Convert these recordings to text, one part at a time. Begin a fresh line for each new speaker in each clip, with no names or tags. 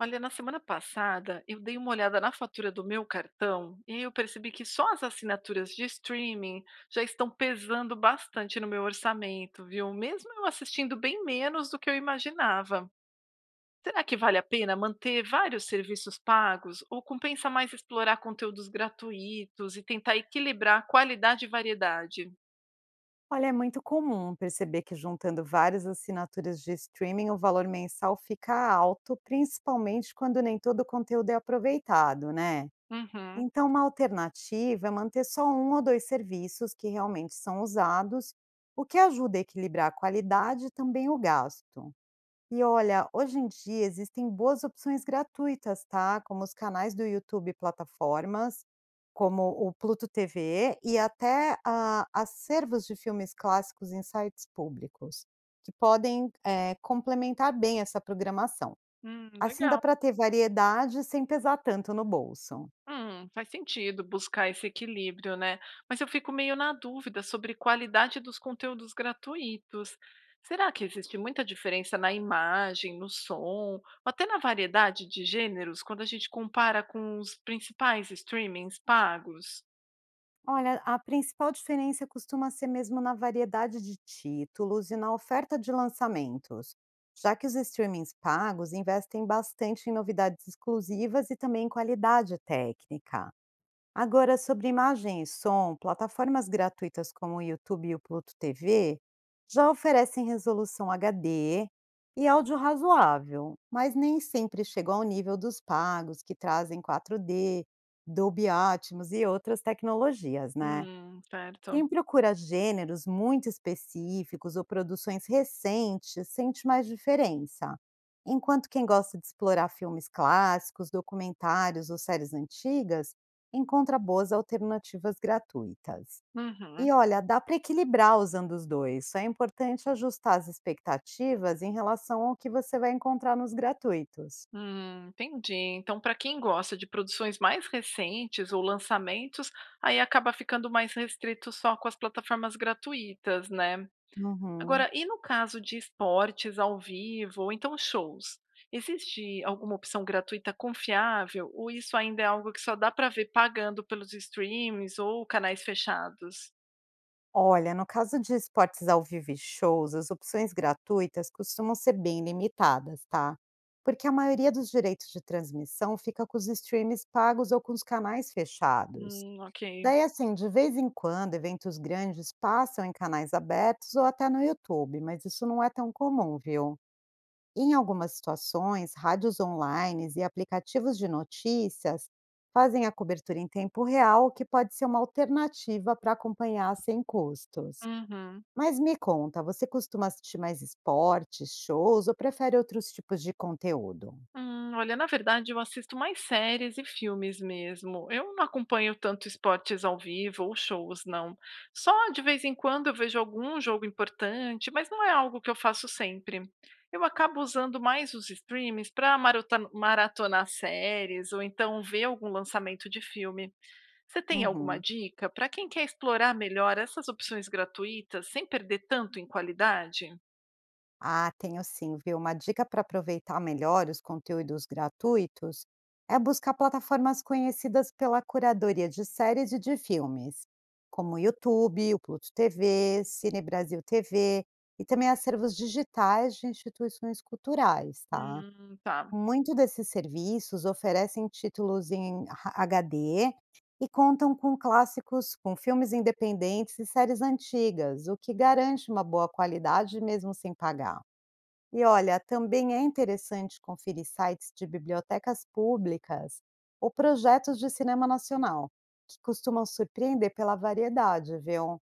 Olha, na semana passada, eu dei uma olhada na fatura do meu cartão e aí eu percebi que só as assinaturas de streaming já estão pesando bastante no meu orçamento, viu? Mesmo eu assistindo bem menos do que eu imaginava. Será que vale a pena manter vários serviços pagos ou compensa mais explorar conteúdos gratuitos e tentar equilibrar qualidade e variedade?
Olha, é muito comum perceber que juntando várias assinaturas de streaming, o valor mensal fica alto, principalmente quando nem todo o conteúdo é aproveitado, né?
Uhum.
Então, uma alternativa é manter só um ou dois serviços que realmente são usados, o que ajuda a equilibrar a qualidade e também o gasto. E olha, hoje em dia existem boas opções gratuitas, tá? Como os canais do YouTube e plataformas, como o Pluto TV e até acervos de filmes clássicos em sites públicos, que podem complementar bem essa programação. Assim dá
Legal.
para ter variedade sem pesar tanto no bolso.
Faz sentido buscar esse equilíbrio, né? Mas eu fico meio na dúvida sobre qualidade dos conteúdos gratuitos. Será que existe muita diferença na imagem, no som, ou até na variedade de gêneros quando a gente compara com os principais streamings pagos?
Olha, a principal diferença costuma ser mesmo na variedade de títulos e na oferta de lançamentos, já que os streamings pagos investem bastante em novidades exclusivas e também em qualidade técnica. Agora, sobre imagem e som, plataformas gratuitas como o YouTube e o Pluto TV já oferecem resolução HD e áudio razoável, mas nem sempre chegam ao nível dos pagos que trazem 4D, Dolby Atmos e outras tecnologias, né?
Certo.
Quem procura gêneros muito específicos ou produções recentes sente mais diferença, enquanto quem gosta de explorar filmes clássicos, documentários ou séries antigas encontra boas alternativas gratuitas.
Uhum.
E olha, dá para equilibrar usando os dois, só é importante ajustar as expectativas em relação ao que você vai encontrar nos gratuitos.
Entendi. Então, para quem gosta de produções mais recentes ou lançamentos, aí acaba ficando mais restrito só com as plataformas gratuitas, né?
Uhum.
Agora, e no caso de esportes ao vivo, ou então shows? Existe alguma opção gratuita confiável ou isso ainda é algo que só dá para ver pagando pelos streams ou canais fechados?
Olha, no caso de esportes ao vivo e shows, as opções gratuitas costumam ser bem limitadas, tá? Porque a maioria dos direitos de transmissão fica com os streams pagos ou com os canais fechados.
Ok.
Daí, assim, de vez em quando, eventos grandes passam em canais abertos ou até no YouTube, mas isso não é tão comum, viu? Em algumas situações, rádios online e aplicativos de notícias fazem a cobertura em tempo real, o que pode ser uma alternativa para acompanhar sem custos.
Uhum.
Mas me conta, você costuma assistir mais esportes, shows ou prefere outros tipos de conteúdo?
Olha, na verdade, eu assisto mais séries e filmes mesmo. Eu não acompanho tanto esportes ao vivo ou shows, não. Só de vez em quando eu vejo algum jogo importante, mas não é algo que eu faço sempre. Eu acabo usando mais os streamings para maratonar séries ou então ver algum lançamento de filme. Você tem alguma
Uhum.
dica para quem quer explorar melhor essas opções gratuitas sem perder tanto em qualidade?
Ah, tenho sim, viu? Uma dica para aproveitar melhor os conteúdos gratuitos é buscar plataformas conhecidas pela curadoria de séries e de filmes, como o YouTube, o Pluto TV, Cine Brasil TV e também acervos digitais de instituições culturais, tá?
Tá.
Muito desses serviços oferecem títulos em ha HD e contam com clássicos, com filmes independentes e séries antigas, o que garante uma boa qualidade mesmo sem pagar. E olha, também é interessante conferir sites de bibliotecas públicas ou projetos de cinema nacional, que costumam surpreender pela variedade, viu?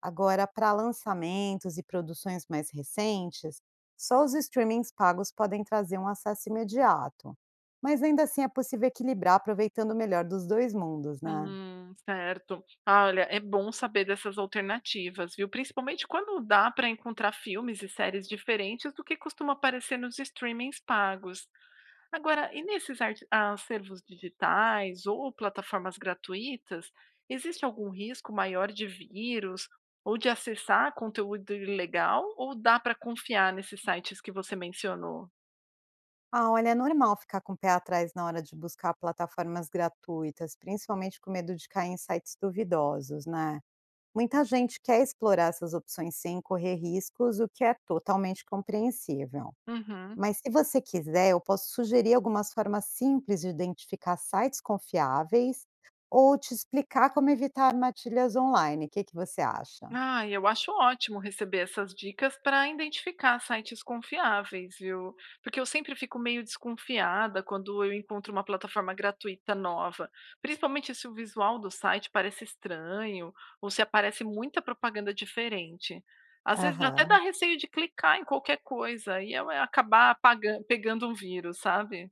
Agora, para lançamentos e produções mais recentes, só os streamings pagos podem trazer um acesso imediato. Mas ainda assim é possível equilibrar aproveitando o melhor dos dois mundos, né?
Certo. Ah, olha, é bom saber dessas alternativas, viu? Principalmente quando dá para encontrar filmes e séries diferentes do que costuma aparecer nos streamings pagos. Agora, e nesses acervos digitais ou plataformas gratuitas, existe algum risco maior de vírus ou de acessar conteúdo ilegal? Ou dá para confiar nesses sites que você mencionou?
Ah, olha, é normal ficar com o pé atrás na hora de buscar plataformas gratuitas, principalmente com medo de cair em sites duvidosos, né? Muita gente quer explorar essas opções sem correr riscos, o que é totalmente compreensível.
Uhum.
Mas se você quiser, eu posso sugerir algumas formas simples de identificar sites confiáveis ou te explicar como evitar armadilhas online. O que que você acha?
Ah, eu acho ótimo receber essas dicas para identificar sites confiáveis, viu? Porque eu sempre fico meio desconfiada quando eu encontro uma plataforma gratuita nova, principalmente se o visual do site parece estranho ou se aparece muita propaganda diferente. Às vezes até dá
Aham.
receio de clicar em qualquer coisa e eu acabar pegando um vírus, sabe?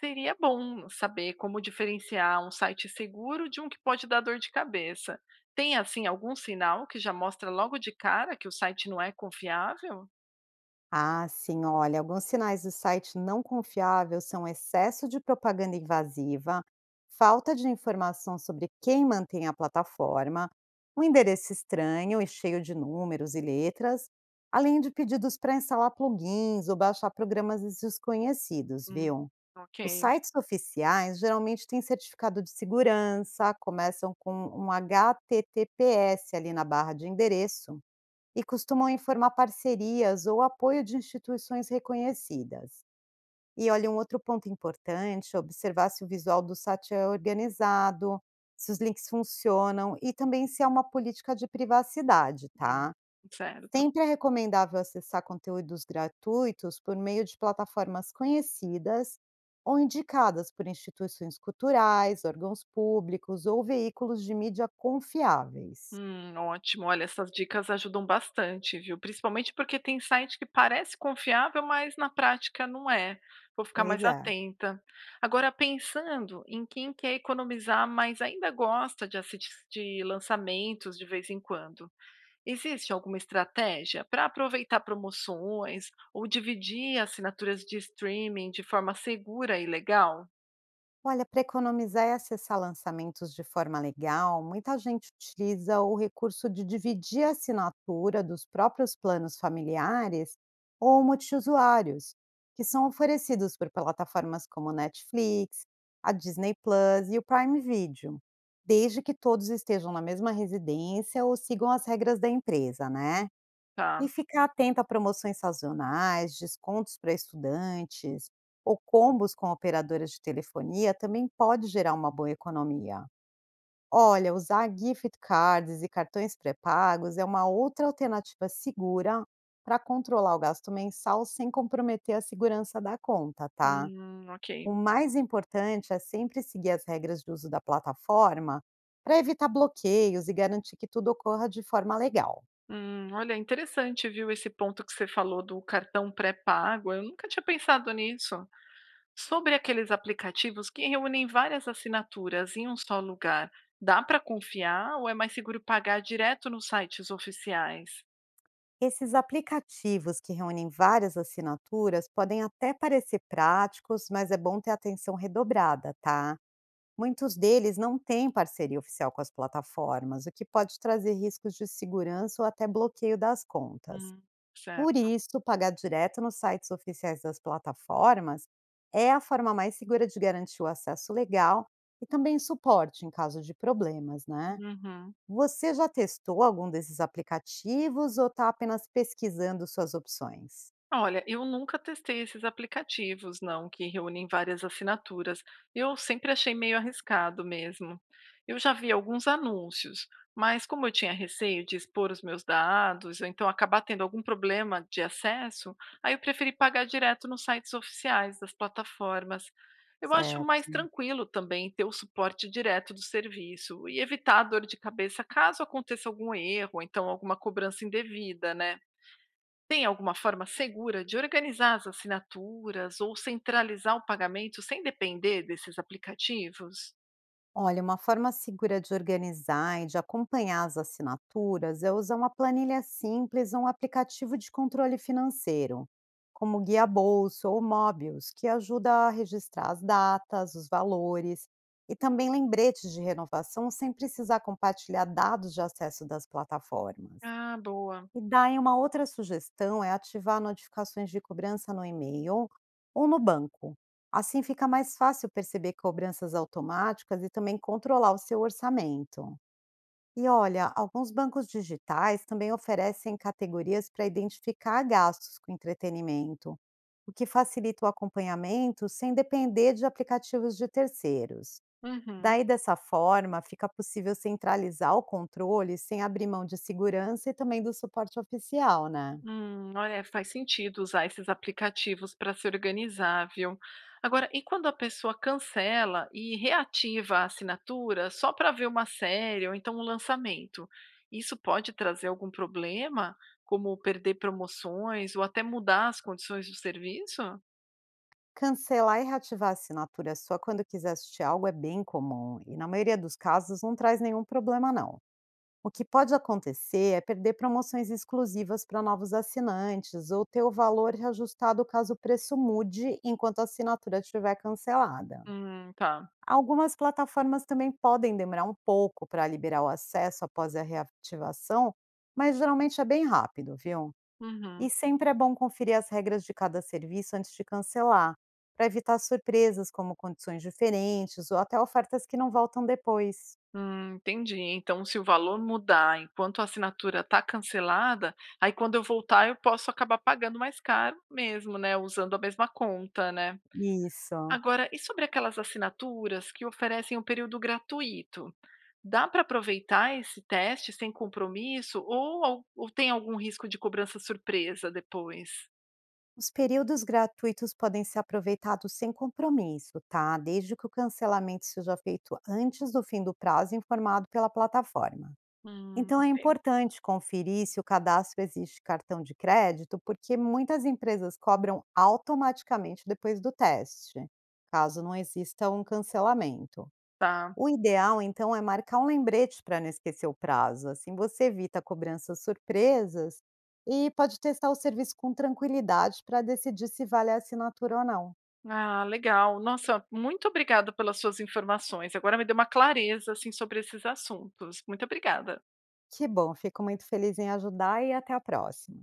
Seria bom saber como diferenciar um site seguro de um que pode dar dor de cabeça. Tem, assim, algum sinal que já mostra logo de cara que o site não é confiável?
Ah, sim, olha, alguns sinais do site não confiável são excesso de propaganda invasiva, falta de informação sobre quem mantém a plataforma, um endereço estranho e cheio de números e letras, além de pedidos para instalar plugins ou baixar programas desconhecidos,
Hum,
viu?
ok.
Os sites oficiais geralmente têm certificado de segurança, começam com um HTTPS ali na barra de endereço e costumam informar parcerias ou apoio de instituições reconhecidas. E olha, um outro ponto importante é observar se o visual do site é organizado, se os links funcionam e também se há uma política de privacidade,
Hum,
tá?
certo.
Sempre é recomendável acessar conteúdos gratuitos por meio de plataformas conhecidas ou indicadas por instituições culturais, órgãos públicos ou veículos de mídia confiáveis.
Ótimo. Olha, essas dicas ajudam bastante, viu? Principalmente porque tem site que parece confiável, mas na prática não é. Vou ficar
Pois
mais
é.
atenta. Agora, pensando em quem quer economizar, mas ainda gosta de assistir lançamentos de vez em quando. Existe alguma estratégia para aproveitar promoções ou dividir assinaturas de streaming de forma segura e legal?
Olha, para economizar e acessar lançamentos de forma legal, muita gente utiliza o recurso de dividir a assinatura dos próprios planos familiares ou multiusuários, que são oferecidos por plataformas como Netflix, a Disney Plus e o Prime Video, desde que todos estejam na mesma residência ou sigam as regras da empresa, né?
Hum.
E
Tá.
ficar atento a promoções sazonais, descontos para estudantes ou combos com operadoras de telefonia também pode gerar uma boa economia. Olha, usar gift cards e cartões pré-pagos é uma outra alternativa segura para controlar o gasto mensal sem comprometer a segurança da conta, tá?
Ok.
O mais importante é sempre seguir as regras de uso da plataforma para evitar bloqueios e garantir que tudo ocorra de forma legal.
Olha, interessante, viu, esse ponto que você falou do cartão pré-pago. Eu nunca tinha pensado nisso. Sobre aqueles aplicativos que reúnem várias assinaturas em um só lugar, dá para confiar ou é mais seguro pagar direto nos sites oficiais?
Esses aplicativos que reúnem várias assinaturas podem até parecer práticos, mas é bom ter atenção redobrada, tá? Muitos deles não têm parceria oficial com as plataformas, o que pode trazer riscos de segurança ou até bloqueio das contas.
Hum,
Por
certo.
isso, pagar direto nos sites oficiais das plataformas é a forma mais segura de garantir o acesso legal e também suporte em caso de problemas, né?
Uhum.
Você já testou algum desses aplicativos ou está apenas pesquisando suas opções?
Olha, eu nunca testei esses aplicativos, não, que reúnem várias assinaturas. Eu sempre achei meio arriscado mesmo. Eu já vi alguns anúncios, mas como eu tinha receio de expor os meus dados, ou então acabar tendo algum problema de acesso, aí eu preferi pagar direto nos sites oficiais das plataformas. Eu acho mais
Certo.
tranquilo também ter o suporte direto do serviço e evitar a dor de cabeça caso aconteça algum erro, ou então alguma cobrança indevida, né? Tem alguma forma segura de organizar as assinaturas ou centralizar o pagamento sem depender desses aplicativos?
Olha, uma forma segura de organizar e de acompanhar as assinaturas é usar uma planilha simples ou um aplicativo de controle financeiro, como o Guia Bolso ou Mobius, que ajuda a registrar as datas, os valores e também lembretes de renovação sem precisar compartilhar dados de acesso das plataformas.
Ah, boa.
E daí uma outra sugestão é ativar notificações de cobrança no e-mail ou no banco. Assim fica mais fácil perceber cobranças automáticas e também controlar o seu orçamento. E olha, alguns bancos digitais também oferecem categorias para identificar gastos com entretenimento, o que facilita o acompanhamento sem depender de aplicativos de terceiros.
Uhum.
Daí, dessa forma, fica possível centralizar o controle sem abrir mão de segurança e também do suporte oficial, né?
Olha, faz sentido usar esses aplicativos para se organizar, viu? Agora, e quando a pessoa cancela e reativa a assinatura só para ver uma série ou então um lançamento? Isso pode trazer algum problema, como perder promoções ou até mudar as condições do serviço?
Cancelar e reativar a assinatura sua quando quiser assistir algo é bem comum e, na maioria dos casos, não traz nenhum problema, não. O que pode acontecer é perder promoções exclusivas para novos assinantes ou ter o valor reajustado caso o preço mude enquanto a assinatura estiver cancelada.
Tá.
Algumas plataformas também podem demorar um pouco para liberar o acesso após a reativação, mas geralmente é bem rápido, viu?
Uhum.
E sempre é bom conferir as regras de cada serviço antes de cancelar, para evitar surpresas como condições diferentes ou até ofertas que não voltam depois.
Entendi. Então, se o valor mudar enquanto a assinatura está cancelada, aí quando eu voltar eu posso acabar pagando mais caro mesmo, né? Usando a mesma conta, né?
Isso.
Agora, e sobre aquelas assinaturas que oferecem um período gratuito? Dá para aproveitar esse teste sem compromisso ou, ou tem algum risco de cobrança surpresa depois?
Os períodos gratuitos podem ser aproveitados sem compromisso, tá? Desde que o cancelamento seja feito antes do fim do prazo informado pela plataforma. Então é
Ok.
importante conferir se o cadastro existe cartão de crédito, porque muitas empresas cobram automaticamente depois do teste, caso não exista um cancelamento.
Tá.
O ideal, então, é marcar um lembrete para não esquecer o prazo. Assim você evita cobranças surpresas e pode testar o serviço com tranquilidade para decidir se vale a assinatura ou não.
Ah, legal. Nossa, muito obrigada pelas suas informações. Agora me deu uma clareza assim sobre esses assuntos. Muito obrigada.
Que bom, fico muito feliz em ajudar e até a próxima.